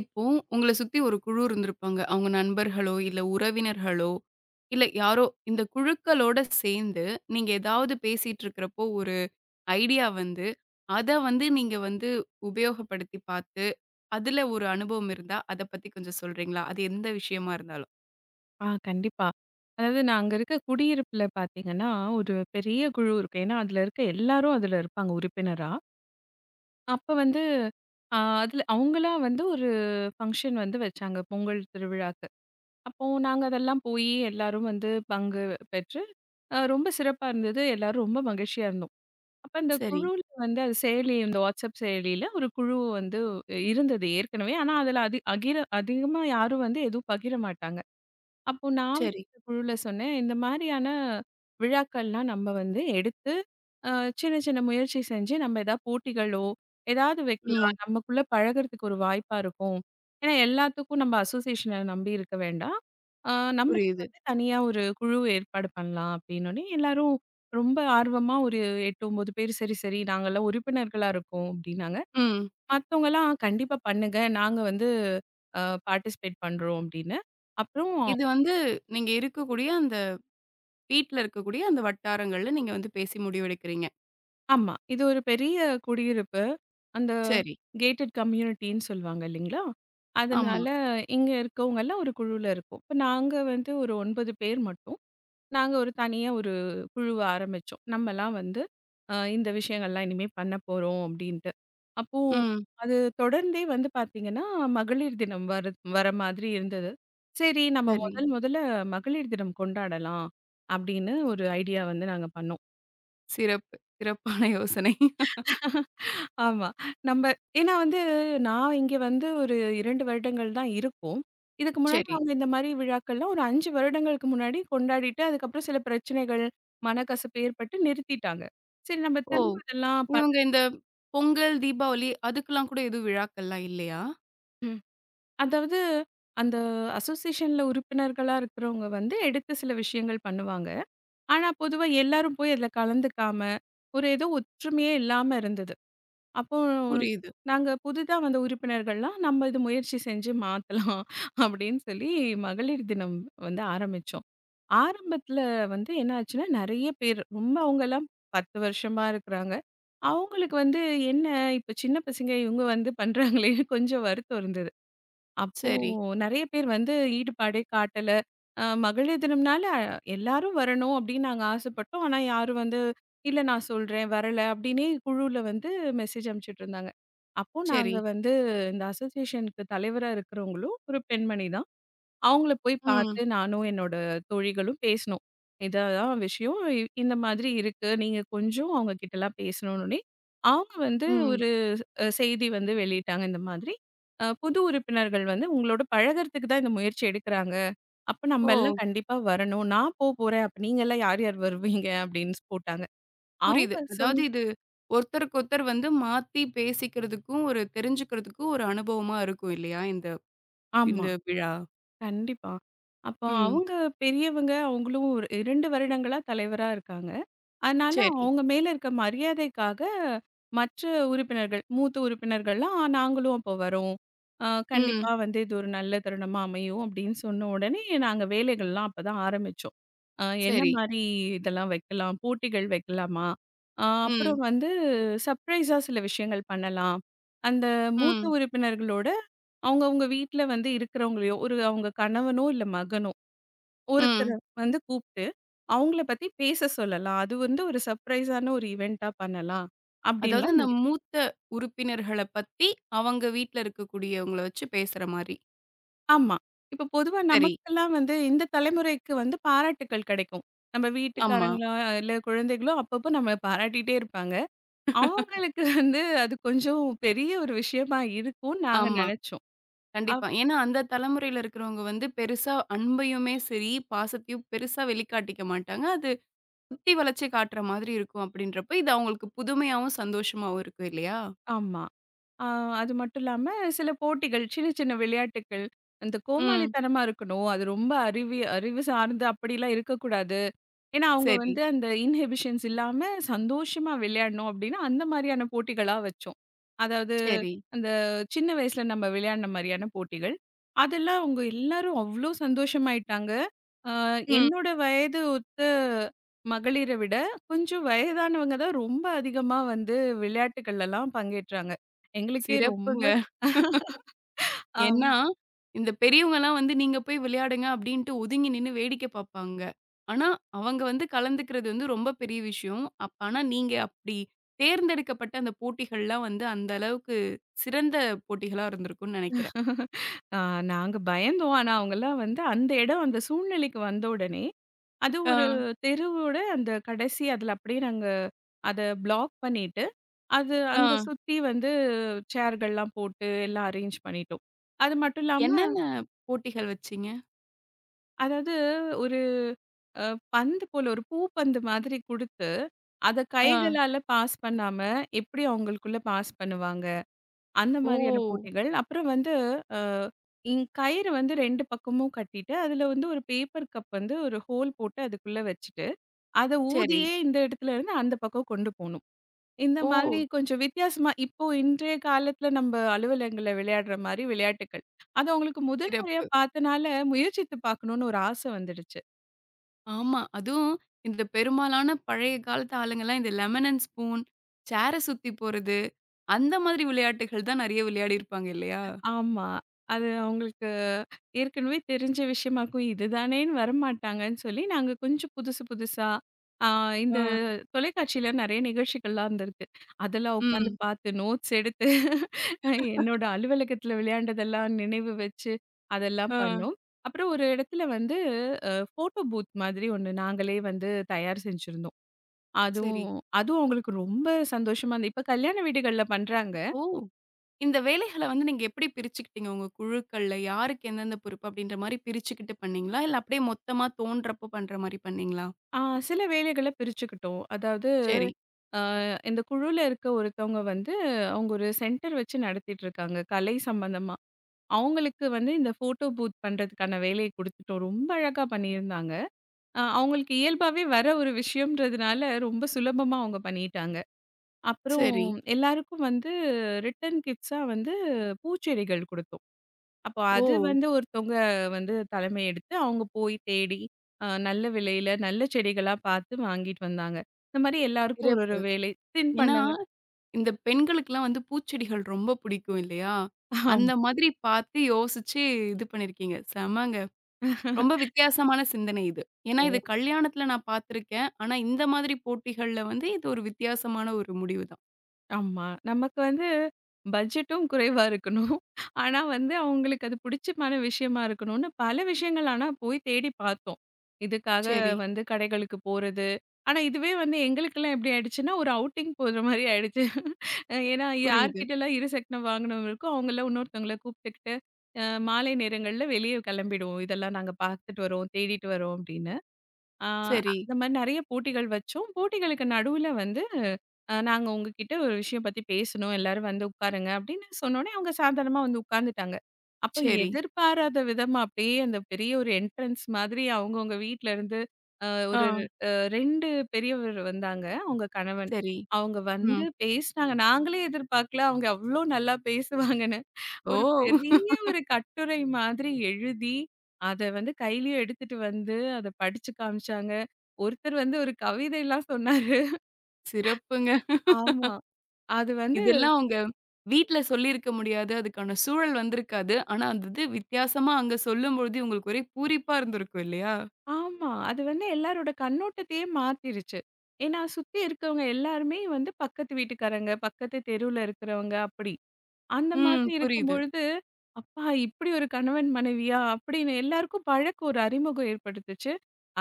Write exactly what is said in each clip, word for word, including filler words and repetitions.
இப்போ உங்கள சுத்தி ஒரு குழு இருந்திருப்பாங்க. அவங்க நண்பர்களோ, இல்ல உறவினர்களோ, இல்ல யாரோ இந்த குழுக்களோட சேர்ந்து நீங்க ஏதாவது பேசிட்டு இருக்கிறப்போ ஒரு ஐடியா வந்து, அத வந்து நீங்க வந்து உபயோகப்படுத்தி பார்த்து, அதுல ஒரு அனுபவம் இருந்தா அத பத்தி கொஞ்சம் சொல்றீங்களா? அது எந்த விஷயமா இருந்தாலும். ஆ கண்டிப்பா. அதாவது நான் அங்க இருக்க குடியிருப்புல பார்த்தீங்கன்னா, ஒரு பெரிய குழு இருக்கும். ஏன்னா, அதுல இருக்க எல்லாரும் அதுல இருப்பாங்க உறுப்பினரா. அப்ப வந்து அ அதுல அவங்களா வந்து ஒரு ஃபங்ஷன் வந்து வச்சாங்க பொங்கல் திருவிழாக்கு. அப்போ நாங்க அதெல்லாம் போயி எல்லாரும் வந்து பங்கு பெற்று அ ரொம்ப சிறப்பா இருந்தது. எல்லாரும் ரொம்ப மகிழ்ச்சியா இருந்தோம். அப்ப அந்த சரி, குழுல வந்து அது செயலி இந்த வாட்ஸ்அப் செயலியில ஒரு குழு வந்து இருந்தது ஏற்கனவே. ஆனா, அதுல அதி அகிர அதிகமா யாரும் வந்து எதுவும் பகிர மாட்டாங்க. அப்போ நான் சரி. வந்து குழுல சொன்னேன், இந்த மாரியான விழாக்கள்லாம் நம்ம வந்து எடுத்து, அ சின்ன சின்ன முயற்சி செஞ்சு நம்ம ஏதாவது போட்டிகளோ, ஏதாவது வைக்கலாம். ம். நமக்குள்ள பழகுறதுக்கு ஒரு வாய்ப்பா இருக்கும். ஏன்னா எல்லாத்துக்கும் நம்ம அசோசியேஷன நம்பி இருக்க வேண்டாம். அ நம்மளே புரியுது. வந்து தனியா ஒரு குழு ஏற்பாடு பண்ணலாம் அப்படின்னோனே, எல்லாரும் ரொம்ப ஆர்வமா ஒரு எட்டு, ஒன்பது பேர் சரி சரி நாங்கலாம் உறுப்பினர்களா இருக்கோம் அப்படின்னாங்க. ம். மத்தவங்கலாம் கண்டிப்பா பண்ணுங்க. நாங்க வந்து அ பார்ட்டிசிபேட் பண்றோம் அப்படின்னு. அப்புறம் இது வந்து நீங்க இருக்கக்கூடிய அந்த வீட்ல இருக்கக்கூடிய அந்த வட்டாரங்கள்ல நீங்க வந்து பேசி முடிவெடுக்கிறீங்க. ஆமா. இது ஒரு பெரிய குடியிருப்பு. அந்த சரி. கேட்டட் கம்யூனிட்டின்னு சொல்லுவாங்க இல்லைங்களா? ஆமா. அதனால இங்க இருக்கவங்கலாம் ஒரு குழுல இருக்கோம். இப்ப நாங்க வந்து ஒரு ஒன்பது பேர் மட்டும். நாங்க ஒரு தனியா ஒரு குழுவ ஆரம்பிச்சோம். நம்மலாம் வந்து அ இந்த விஷயங்கள்லாம் இனிமே பண்ண போறோம் அப்டின்ட்டு. அப்போ ம். அது தொடர்ந்தே வந்து பார்த்தீங்கன்னா, மகளிர் தினம் வர வர மாதிரி இருந்தது. சரி நம்ம சரி. முதல் முதல்ல மகளிர் தினம் கொண்டாடலாம். அப்டின்னு ஒரு ஐடியா வந்து நாங்க பண்ணோம். சிறப்பு. சிறப்பான யோசனை. ஆமா. நம்ப ஏன்னா வந்து நான் இங்க வந்து ஒரு இரண்டு வருடங்கள் தான் இருக்கும். இதுக்கு முன்னாடி சரி. அவங்க இந்த மாரி விழாக்கள்லாம் ஒரு ஐந்து வருடங்களுக்கு முன்னாடி கொண்டாடிட்டு, அதுக்கப்புறம் சில பிரச்சனைகள், மனக்கசப்பு ஏற்பட்டு நிறுத்திட்டாங்க. சரி நம்ம ஓ! திரும்ப இதெல்லாம் பண்ண இவங்க இந்த பொங்கல், தீபாவளி அதுக்கெல்லாம் கூட எதுவும் விழாக்கள்லாம் இல்லையா? ம். அதாவது அந்த அசோசியேஷன்ல உறுப்பினர்களா இருக்கிறவங்க வந்து எடுத்து சில விஷயங்கள் பண்ணுவாங்க. ஆனா பொதுவா எல்லாரும் போய் அதுல கலந்துக்காம, ஒரு ஏதோ ஒற்றுமையே இல்லாம இருந்தது. அப்போ புரியுது. நாங்க புதிதா வந்த உறுப்பினர்கள்லாம், "நம்ம இது முயற்சி செஞ்சு மாத்தலாம்" அப்படின்னு சொல்லி மகளிர் தினம் வந்து ஆரம்பிச்சோம். ஆரம்பத்துல வந்து என்ன ஆச்சுன்னா, நெறைய பேர் ரொம்ப அவங்கலாம் பத்து வருஷமா இருக்கிறாங்க. அவங்களுக்கு வந்து என்ன இப்ப சின்ன பசங்க இவங்க வந்து பண்றாங்களேன்னு கொஞ்சம் வருத்தம் இருந்தது. அப்போ சரி, நெறைய பேர் வந்து ஈடுபாடே காட்டல. அ மகளிர் தினம்னால எல்லாரும் வரணும் அப்படின்னு நாங்க ஆசைப்பட்டோம். ஆனா யாரும் வந்து, "இல்ல நான் சொல்றேன், வரல" அப்படின்னே குழுவுல வந்து மெசேஜ் அனுப்பிச்சுட்டு இருந்தாங்க. அப்போ நாங்க சரி. வந்து இந்த அசோசியேஷனுக்கு தலைவரா இருக்கிறவங்களும் ஒரு பெண்மணி தான். அவங்கள போய் ம், பார்த்து நானும் என்னோட தோழிகளும் பேசினோம். "இதான் விஷயம். இ இந்த மாதிரி இருக்கு. நீங்க கொஞ்சம் அவங்க கிட்டலாம் பேசணும்னு." அவங்க வந்து ம். ஒரு அ செய்தி வந்து வெளியிட்டாங்க இந்த மாதிரி. அ புது உறுப்பினர்கள் வந்து உங்களோட பழகுறதுக்கு தான் இந்த முயற்சி எடுக்குறாங்க. அப்ப நம்ம ஓ! எல்லாம் கண்டிப்பா வரணும். நான் போ போறேன். அப்ப நீங்க எல்லாம் யார் யார் வருவீங்க அப்படின்னு போட்டாங்க. புரியுது. அவங்க சொன் அதாவது இது ஒருத்தருக்கு ஒருத்தர் வந்து மாத்தி பேசிக்கிறதுக்கும், ஒரு தெரிஞ்சுக்கிறதுக்கும் ஒரு அனுபவமா இருக்கும் இல்லையா? இந்த ஆமா. இந்த விழா. கண்டிப்பா. அப்போ ம். அவங்க பெரியவங்க. அவங்களும் ஒரு இரண்டு வருடங்களா தலைவரா இருக்காங்க. அதனால சரி. அவங்க மேல இருக்க மரியாதைக்காக மற்ற உறுப்பினர்கள், மூத்த உறுப்பினர்கள்லாம் "ஆ நாங்களும் அப்போ வரோம். அ ம். கண்டிப்பா வந்து இது ஒரு நல்ல தருணமா அமையும்." அப்படின்னு சொன்ன உடனே நாங்க வேலைகள்லாம் அப்பதான் ஆரம்பிச்சோம். அ என்ன சரி. மாரி இதெல்லாம் வைக்கலாம்? போட்டிகள் வைக்கலாமா? அ ம், அப்புறம் வந்து சர்ப்ரைஸா சில விஷயங்கள் பண்ணலாம். அந்த மூத்த ம், உறுப்பினர்களோட அவங்கவங்க வீட்ல வந்து இருக்கிறவங்களையோ, ஒரு அவங்க கணவனோ, இல்ல மகனோ ஒருத்தர ம். வந்து கூப்ட்டு, அவங்கள பத்தி பேச சொல்லலாம். அது வந்து ஒரு சர்ப்ரைஸான ஒரு இவென்ட்டா பண்ணலாம். அதாவது அப்டின்லாம் அந்த முடிவு மூத்த உறுப்பினர்கள பத்தி அவங்க வீட்ல இருக்கக்கூடியவங்கள வச்சு பேசுற மாரி. ஆமா. இப்போ பொதுவா சரி. நமக்கெல்லாம் வந்து இந்த தலைமுறைக்கு வந்து பாராட்டுக்கள் கிடைக்கும். நம்ம ஆமா. வீட்டுக்காரங்களோ, இல்ல குழந்தைகளோ அப்பப்போ நம்மள பாராட்டிட்டே இருப்பாங்க. அவங்களுக்கு வந்து அது கொஞ்சம் பெரிய ஒரு விஷயமா இருக்கும்னு நாங்க ஆமா. நெனச்சோம். அப் கண்டிப்பா. ஏன்னா, அந்த தலைமுறையில இருக்கிறவங்க வந்து பெருசா அன்பையுமே சரி, பாசத்தையும் பெருசா வெளிக்காட்டிக்க மாட்டாங்க. அது குத்தி வளச்சு காட்டுற மாதிரி இருக்கும் அப்படின்றப்ப, இது அவங்களுக்கு புதுமையாவும், சந்தோஷமாவும் இருக்கும் இல்லையா? ஆமா. ஆ அது மட்டும் இல்லாம, சில போட்டிகள், சின்ன சின்ன விளையாட்டுக்கள். அந்த ம். கோமாளித்தனமா இருக்கணும். அது ரொம்ப அறிவு அறிவு சார்ந்து அப்படிலாம் இருக்கக்கூடாது. ஏன்னா, அவங்க சரி, வந்து அந்த இன்ஹிபிஷன்ஸ் இல்லாம சந்தோஷமா விளையாடணும் அப்படின்னா, அந்த மாரியான போட்டிகளா வச்சோம். அதாவது, சரி. அந்த சின்ன வயசுல நம்ம விளையாடின மாரியான போட்டிகள். அதெல்லாம் அவங்க எல்லாரும் அவ்ளோ சந்தோஷமாயிட்டாங்க. ஆ ம். என்னோட வயது ஒத்த மகளிர விட, கொஞ்சம் வயதானவங்க தான் ரொம்ப அதிகமா வந்து விளையாட்டுக்கள்லலாம் பங்கேற்றாங்க. எங்களுக்கே ரொம்ப சிறப்புங்க. ஆம். ஏன்னா, இந்த பெரியவங்கலாம் வந்து நீங்க போய் விளையாடுங்க அப்டின்ட்டு ஒதுங்கி நின்னு வேடிக்கை பார்ப்பாங்க. ஆனா, அவங்க வந்து கலந்துக்கிறது வந்து ரொம்ப பெரிய விஷயம். அப்ப ஆனா நீங்க அப்டி தேர்ந்தெடுக்கப்பட்ட அந்த போட்டிகள்லாம் வந்து அந்த அளவுக்கு சிறந்த போட்டிகளா இருந்திருக்கும்னு நெனைக்கிறேன். ஆ நாங்க பயந்தோம். ஆனா, அவங்கலாம் வந்து அந்த இடம், அந்த சூழ்நிலைக்கு வந்த உடனே, அது ஆ, ஒரு தெருவோட அந்த கடைசி அதுல அப்படியே நாங்க அத பிளாக் பண்ணிட்டு, அது ஆ. அங்க சுத்தி வந்து சேர்கள்லாம் போட்டு எல்லாம் அரேஞ்ச் பண்ணிட்டோம். அது மட்டும் இல்லாம, என்னென்ன போட்டிகள் வச்சீங்க? அதாவது ஒரு அ பந்து போல ஒரு பூ பந்து மாதிரி குடுத்து, அத ஆ. கைகளால பாஸ் பண்ணாம, எப்படி அவங்களுக்குள்ள பாஸ் பண்ணுவாங்க? அந்த மாதிரியான ஓ! போட்டிகள். அப்புறம் வந்து அ இங் கயிறு வந்து இரண்டு பக்கமும் கட்டிட்டு, அதுல வந்து ஒரு பேப்பர் கப் வந்து ஒரு ஹோல் போட்டு அதுக்குள்ள வச்சுட்டு, அத சரி. ஊதியே இந்த இடத்துல இருந்து அந்த பக்கம் கொண்டு போணும். இந்த ஓ! மாதிரி கொஞ்சம் வித்தியாசமா இப்போ இன்றைய காலத்துல நம்ம அலுவலகங்கள்ல விளையாடுற மாரி விளையாட்டுக்கள். அது அவங்களுக்கு முதல் முறையா சிறப்பு. பார்த்தனால முயற்சித்து பார்க்கணும்னு ஒரு ஆசை வந்துடுச்சு. ஆமா. அதுவும் இந்த பெரும்பாலான பழைய காலத்து ஆளுங்கலாம் இந்த லெமன் அண்ட் ஸ்பூன், சேர சுத்தி போறது அந்த மாதிரி விளையாட்டுகள் தான் நெறைய விளையாடியிருப்பாங்க இல்லையா? ஆமா. அது அவங்களுக்கு ஏற்கனவே தெரிஞ்ச விஷயமாக்கும் இதுதானேன்னு வரமாட்டாங்கன்னு சொல்லி, நாங்க கொஞ்சம் புதுசு புதுசா, ஆ இந்த ஆ. தொலைக்காட்சியில நெறைய நிகழ்ச்சிகள்லாம் இருந்திருக்கு. அதெல்லாம் உட்காந்து ம். பார்த்து நோட்ஸ் எடுத்து, அஹ் என்னோட அலுவலகத்தில விளையாண்டதெல்லாம் நினைவு வச்சு, அதெல்லாம் ஆ. பண்ணோம். அப்புறம் ஒரு இடத்துல வந்து அ ஃபோட்டோ பூத் மாதிரி ஒண்ணு நாங்களே வந்து தயார் செஞ்சிருந்தோம். சரி. அதுவும் அதுவும் அவங்களுக்கு ரொம்ப சந்தோஷமா இருந்தது. இப்ப கல்யாண வீடுகள்ல பண்றாங்க. இப்போ இந்த வேலைகள வந்து நீங்க எப்படி பிரிச்சுக்கிட்டீங்க? உங்க குழுக்கள்ல யாருக்கு எந்தெந்த பொறுப்பு அப்படின்ற மாரி பிரிச்சுக்கிட்டு பண்ணீங்களா? இல்ல அப்படியே மொத்தமா தோன்றப்ப பண்ற மாரி பண்ணீங்களா? ஆ சில வேலைகள பிரிச்சுக்கிட்டோம். அதாவது சரி, ஆ, இந்த குழுல இருக்க ஒருத்தவங்க வந்து, அவங்க ஒரு சென்டர் வச்சு நடத்திட்டு இருக்காங்க, கலை சம்பந்தமா. அவங்களுக்கு வந்து இந்த ஃபோட்டோ பூத் பண்றதுக்கான வேலைய குடுத்துட்டோம். ரொம்ப அழகா பண்ணியிருந்தாங்க. அ அவங்களுக்கு இயல்பாவே வர ஒரு விஷயம்ன்றதுனால, ரொம்ப சுலபமா அவங்க பண்ணிட்டாங்க. அப்புறம் சரி. எல்லாருக்கும் வந்து ரிட்டர்ன் கிட்ஸா வந்து பூச்செடிகள் குடுத்தோம். அப்போ ஓ! அது வந்து ஒருத்தவங்க வந்து தலைமை எடுத்து, அவங்க போய் தேடி, அ நல்ல விலையில, நல்ல செடிகளா பார்த்து வாங்கிட்டு வந்தாங்க. இந்த மாரி எல்லாருக்கும் ஒரு ஒரு சிறப்பு. வேலை, ஏன்னா, தின்பண்டங்கள் இந்த பெண்களுக்குலாம் வந்து பூச்செடிகள் ரொம்ப பிடிக்கும் இல்லையா? ஆம். அந்த மாதிரி பார்த்து யோசிச்சு இது பண்ணியிருக்கீங்க. செமங்க. ரொம்ப வித்தியாசமான சிந்தனை இது. ஏன்னா ஓ! இது கல்யாணத்துல நான் பார்த்துருக்கேன். ஆனா இந்த மாதிரி போட்டிகள்ல வந்து இது ஒரு வித்தியாசமான ஒரு முடிவு தான். ஆமா. நமக்கு வந்து பட்ஜெட்டும் குறைவா இருக்கணும். ஆனா வந்து அவங்களுக்கு அது பிடிச்சமான விஷயமா இருக்கணும்னு பல விஷயங்கள் ஆனா போய் தேடி பார்த்தோம். இதுக்காக சரி, வந்து கடைகளுக்கு போறது. ஆனா இதுவே வந்து எங்களுக்கெல்லாம் எப்படி ஆயிடுச்சுன்னா, ஒரு அவுட்டிங் போற மாரி ஆயிடுச்சு. அஹ் ஏன்னா புரியுது. யார்கிட்டலாம் இருசக்கரம் வாகனம் இருக்கோ, அவங்கலாம் இன்னொருத்தவங்கள கூப்பிட்டுக்கிட்டு, அ மாலை நேரங்கள்ல வெளிய கிளம்பிடுவோம். இதெல்லாம் நாங்க பார்த்துட்டு வரோம், தேடிட்டு வரோம் அப்படின்னு. ஆ சரி, அந்த மாரி நெறைய போட்டிகள் வச்சோம். போட்டிகளுக்கு நடுவுல வந்து அ நாங்க உங்ககிட்ட ஒரு விஷயம் பத்தி பேசணும். எல்லாரும் வந்து உட்காருங்க அப்படின்னு சொன்னோனே, அவங்க சாதாரணமா வந்து உட்கார்ந்துட்டாங்க. அப்ப சரி. எதிர்பாராத விதமா அப்படியே அந்த பெரிய ஒரு என்ட்ரன்ஸ் மாதிரி அவங்கவங்க வீட்ல இருந்து அ ஆ, ஒரு அ இரண்டு பெரியவர் வந்தாங்க. அவங்க கணவன். சரி. அவங்க வந்து ம். பேசினாங்க. நாங்களே எதிர்பார்க்கல அவங்க அவ்ளோ நல்லா பேசுவாங்கன்னு. ஓ! ஒரு பெரிய ஒரு கட்டுரை மாதிரி எழுதி, அத வந்து கையிலயே எடுத்துட்டு வந்து, அத படிச்சு காமிச்சாங்க. ஒருத்தர் வந்து ஒரு கவிதைலாம் சொன்னாரு. சிறப்புங்க. ஆமா. அது வந்து இதெல்லாம் உங்க வீட்ல சொல்லியிருக்க முடியாது. அதுக்கான சூழல் வந்திருக்காது. ஆனா அந்த இது வித்தியாசமா அங்க சொல்லும்பொழுது உங்களுக்கு ஒரே பூரிப்பா இருந்திருக்கும் இல்லையா? ஆமா. அது வந்து எல்லாரோட கண்ணோட்டத்தையே மாத்திருச்சு. ஏன்னா, சுத்தி இருக்கவங்க எல்லாருமே வந்து பக்கத்து வீட்டுக்காரங்க, பக்கத்து தெருவுல இருக்கிறவங்க அப்படி. அந்த ம். மாதிரி புரியுது. இருக்கும்பொழுது, அப்பா! இப்படி ஒரு கணவன் மனைவியா? அப்படின்னு எல்லாருக்கும் பழக்கம் ஒரு அறிமுகம் ஏற்படுத்துச்சு.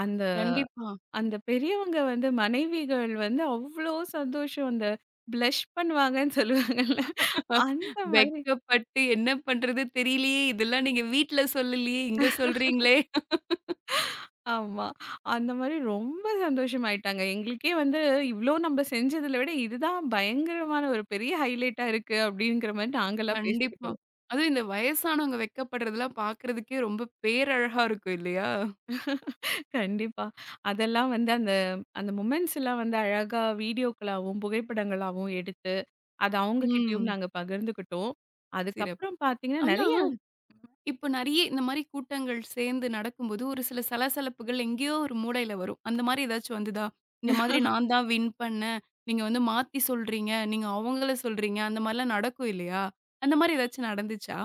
அந்த கண்டிப்பா. அந்த பெரியவங்க வந்து மனைவிகள் வந்து அவ்ளோ சந்தோஷம். அந்த ப்ளஷ் பண்ணுவாங்கன்னு சொல்லுவாங்கல்ல. அந்த மாதிரி வெட்கப்பட்டு என்ன பண்றது தெரியலையே! இதெல்லாம் நீங்க வீட்ல சொல்லலையே! இங்க சொல்றீங்களே! ஆமா. அந்த மாதிரி ரொம்ப சந்தோஷமாயிட்டாங்க. எங்களுக்கே வந்து இவ்ளோ நம்ப செஞ்சதுல விட இதுதான் பயங்கரமான ஒரு பெரிய ஹைலைட்டா இருக்கு அப்டிங்கிற மாரி நாங்கலாம் கண்டிப்பா. பேசிக்கிட்டோம். அதுவும் இந்த வயசானவங்க வெட்கப்படுறதெல்லாம் பார்க்கறதுக்கே ரொம்ப பேரழகா இருக்கும் இல்லையா? கண்டிப்பா. அதெல்லாம் வந்து அந்த அந்த மொமெண்ட்ஸ்லாம் வந்து அழகா வீடியோக்களாவும், புகைப்படங்களாவும் எடுத்து, அத அவங்க கிட்டயும் ம். நாங்க பகிர்ந்துக்கிட்டோம். சிறப்பு. அதுக்கப்புறம் பார்த்தீங்கன்னா ஆனா, நெறைய இப்ப நெறைய இந்த மாரி கூட்டங்கள் சேர்ந்து நடக்கும்போது, ஒரு சில சலசலப்புகள் எங்கேயோ ஒரு மூலையில வரும். அந்த மாரி ஏதாச்சும் வந்துதா? இந்த மாதிரி நான் தான் வின் பண்ணேன். நீங்க வந்து மாத்தி சொல்றீங்க. நீங்க அவங்கள சொல்றீங்க. அந்த மாரிலாம் நடக்கும் இல்லையா? அந்த மாரி ஏதாச்சும் நடந்துச்சா?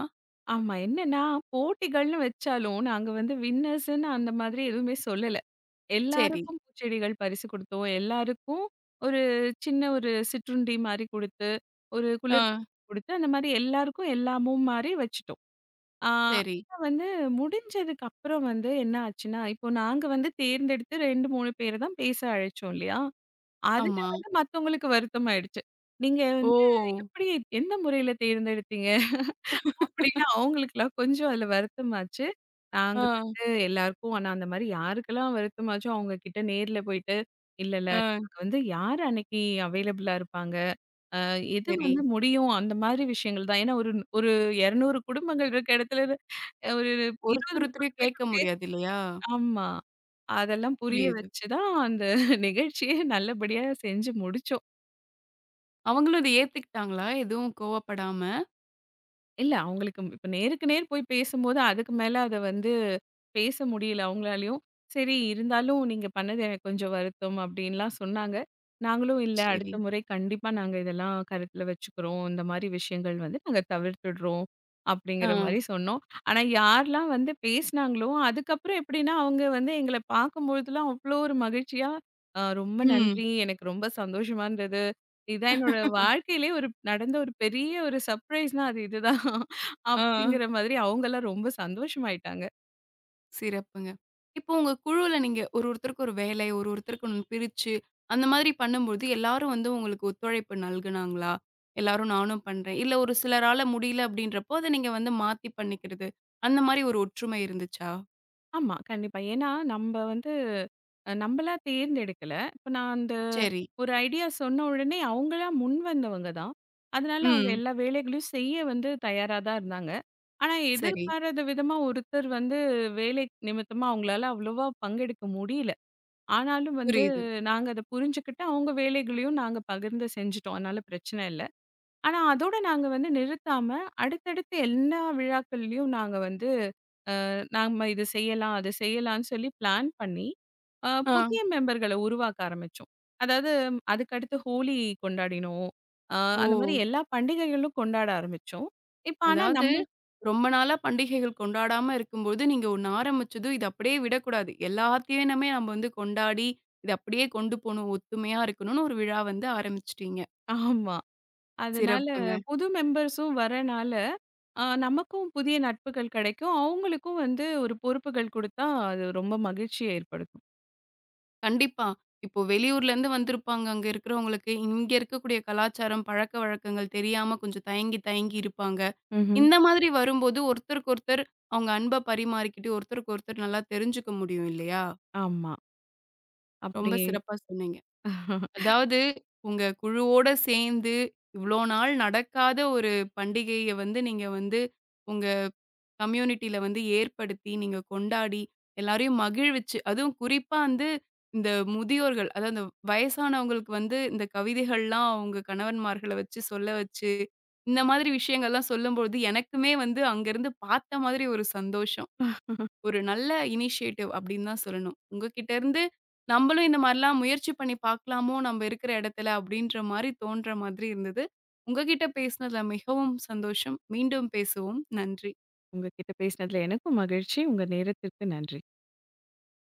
ஆமா. என்னன்னா, போட்டிகள்னு வச்சாலும், நாங்க வந்து வின்னர்ஸ்ன்னு அந்த மாதிரி எதுவுமே சொல்லல. சரி. எல்லாருக்கும் பூச்செடிகள் பரிசு குடுத்தோம். எல்லாருக்கும் ஒரு சின்ன ஒரு சிற்றுண்டி மாரி குடுத்து, ஒரு ஆ. குளிர் குடுத்து, அந்த மாரி எல்லாருக்கும் எல்லாமும் மாரி வச்சுட்டோம். ஆ சரி. ஆனா வந்து முடிஞ்சதுக்கு அப்புறம் வந்து என்ன ஆச்சுன்னா, இப்போ நாங்க வந்து தேர்ந்தெடுத்து இரண்டு, மூன்று பேர தான் பேச அழைச்சோம் இல்லையா? அதுல ஆமா. வந்து மத்தவங்களுக்கு வருத்தம் ஆயிடுச்சு. நீங்க ஓ! வந்து எப்படி எந்த முறையில தேர்ந்தெடுத்தீங்க? அப்படின்னு அவங்களுக்கெல்லாம் கொஞ்சம் அதுல வருத்தமாச்சு. நாங்க ஆ. வந்து எல்லாருக்கும் ஆனா அந்த மாரி யாருக்கெல்லாம் வருத்தமாச்சோ, அவங்க கிட்ட நேர்ல போயிட்டு, இல்ல, இல்ல ஆ. நாங்க வந்து யார் அன்னைக்கு அவைலபிளா இருப்பாங்க? அ எது சரி. வந்து முடியும்? அந்த மாதிரி விஷயங்கள் தான். ஏன்னா ஒரு ஒரு இருநூறு குடும்பங்கள் இருக்க இடத்துல அஹ் ஒரு ஒருத்தர் ஒருத்தரையும் இருபது கேட்க முடியாது இல்லையா? ஆமா. அதெல்லாம் புரிய புரியுது. வச்சு தான் அந்த நிகழ்ச்சிய நல்லபடியா செஞ்சு முடிச்சோம். அவங்களும் இத ஏத்துக்கிட்டாங்களா? எதுவும் கோவப்படாம? இல்ல அவங்களுக்கு இப்ப நேருக்கு நேர் போய் பேசும்போது, அதுக்கு மேல அத வந்து பேச முடியல அவங்களாலயும். சரி இருந்தாலும் நீங்க பண்ணது எனக்கு கொஞ்சம் வருத்தம் அப்டின்லாம் சொன்னாங்க. நாங்களும் இல்ல அடுத்த சரி. முறை கண்டிப்பா நாங்க இதெல்லாம் கருத்துல வச்சுக்கிறோம். இந்த மாரி விஷயங்கள் வந்து நாங்க தவிர்த்துடுறோம். ஆ. அப்படிங்கிற மாரி சொன்னோம். ஆனா யாரெல்லாம் வந்து பேசினாங்களோ, அதுக்கப்புறம் எப்படின்னா அவங்க வந்து எங்கள பார்க்கும்பொழுதுலாம் அவ்வளோ ஒரு மகிழ்ச்சியா, "அ ரொம்ப ம். நன்றி. எனக்கு ரொம்ப சந்தோஷமா இருந்தது." இதான் என்னோட வாழ்க்கையிலயே ஒரு நடந்த ஒரு பெரிய ஒரு சர்ப்ரைஸ்னா அது இதுதான். ஆ. அப்படிங்கிற மாதிரி அவங்கலாம் ரொம்ப சந்தோஷமாயிட்டாங்க. சிறப்புங்க. இப்போ உங்க குழுவுல நீங்க ஒரு ஒருத்தருக்கு ஒரு வேலை, ஒரு ஒருத்தருக்கு ஒண்ணு பிரிச்சு, அந்த மாதிரி பண்ணும்போது எல்லாரும் வந்து உங்களுக்கு ஒத்துழைப்பு நல்குனாங்களா? எல்லாரும் நானும் பண்றேன். இல்ல ஒரு சிலரால முடியல அப்படின்றப்போ, அத நீங்க வந்து மாத்தி பண்ணிக்கிறது. அந்த மாரி ஒரு ஒற்றுமை இருந்துச்சா? ஆமா, கண்டிப்பா. ஏன்னா நம்ப வந்து அ நம்பளா தேர்ந்தெடுக்கல. இப்ப நான் அந்த சரி. ஒரு ஐடியா சொன்ன உடனே அவங்களா முன் வந்தவங்க தான். அதனால அவங்க ம். எல்லா வேலைகளையும் செய்ய வந்து தயாரா தான் இருந்தாங்க. ஆனா சரி. எதிர்பாராத விதமா ஒருத்தர் வந்து வேலை நிமித்தமா அவங்களால அவ்வளவா பங்கெடுக்க முடியல. ஆனாலும் வந்து புரியுது. நாங்க அத புரிஞ்சுக்கிட்டு, அவங்க வேலைகளையும் நாங்க பகிர்ந்து செஞ்சுட்டோம். அதனால பிரச்சனை இல்ல. ஆனா அதோட நாங்க வந்து நிறுத்தாம, அடுத்தடுத்து எல்லா விழாக்கள்லயும் நாங்க வந்து, நாம இது செய்யலாம், அது செய்யலான்னு சொல்லி பிளான் பண்ணி, அ ஆ. புதிய மெம்பர்கள உருவாக்க ஆரம்பிச்சோம். அதாவது ம், அதுக்கடுத்து ஹோலி கொண்டாடினோம். அ ஓ! அந்த மாரி எல்லா பண்டிகைகளும் கொண்டாட ஆரம்பிச்சோம். இப்ப ஆனா அதாவது, நம்பள் ரொம்ப நாளா பண்டிகைகள் கொண்டாடாம இருக்கும்போது, நீங்க ஒண்ணு ஆரம்பிச்சதும், இத அப்படியே விடக்கூடாது. எல்லாத்தையுமே நம்ம வந்து கொண்டாடி, இத அப்படியே கொண்டு போணும். ஒத்துமையா இருக்கணும்னு ஒரு விழா வந்து ஆரம்பிச்சுட்டீங்க. ஆமா. அதனால சிறப்புங்க. புது மெம்பர்ஸும் வரனால, அ நமக்கும் புதிய நட்புகள் கிடைக்கும். அவங்களுக்கும் வந்து ஒரு பொறுப்புகள் குடுத்தா, அது ரொம்ப மகிழ்ச்சிய ஏற்படுத்தும். கண்டிப்பா. இப்போ வெளியூர்லேருந்து வந்திருப்பாங்க. அங்க இருக்கிறவங்களுக்கு, இங்க இருக்கக்கூடிய கலாச்சாரம், பழக்கவழக்கங்கள் தெரியாம கொஞ்சம் தயங்கி, தயங்கி இருப்பாங்க. ம்ஹ்ம். இந்த மாதிரி வரும்போது, ஒருத்தருக்கு ஒருத்தர் அவங்க அன்ப பரிமாறிக்கிட்டு, ஒருத்தருக்கு ஒருத்தர் நல்லா தெரிஞ்சுக்க முடியும் இல்லையா? ஆமா. ரொம்ப அப்படியே சிறப்பா சொன்னீங்க. அதாவது, உங்க குழுவோட சேர்ந்து, இவ்ளோ நாள் நடக்காத ஒரு பண்டிகைய வந்து, நீங்க வந்து உங்க கம்யூனிட்டில வந்து ஏற்படுத்தி, நீங்க கொண்டாடி, எல்லாரையும் மகிழ்விச்சு, அதுவும் குறிப்பா வந்து இந்த முதியோர்கள், அதாவது இந்த வயசானவங்களுக்கு வந்து இந்த கவிதைகள்லாம் அவங்க கணவன்மார்கள வச்சு சொல்ல வச்சு, இந்த மாதிரி விஷயங்கள்லாம் சொல்லும்பொழுது, எனக்குமே வந்து அங்கருந்து பார்த்த மாதிரி ஒரு சந்தோஷம். ஒரு நல்ல இனிஷியேட்டிவ் அப்படின்னு தான் சொல்லணும். உங்ககிட்ட இருந்து நம்மளும் இந்த மாரிலாம் முயற்சி பண்ணி பார்க்கலாமோ நம்ம இருக்கிற இடத்துல அப்படின்ற மாரி தோன்ற மாதிரி இருந்தது. உங்ககிட்ட பேசினதுல மிகவும் சந்தோஷம். மீண்டும் பேசுவோம். நன்றி. உங்ககிட்ட பேசினதுல எனக்கும் மகிழ்ச்சி. உங்க நேரத்திற்கு நன்றி.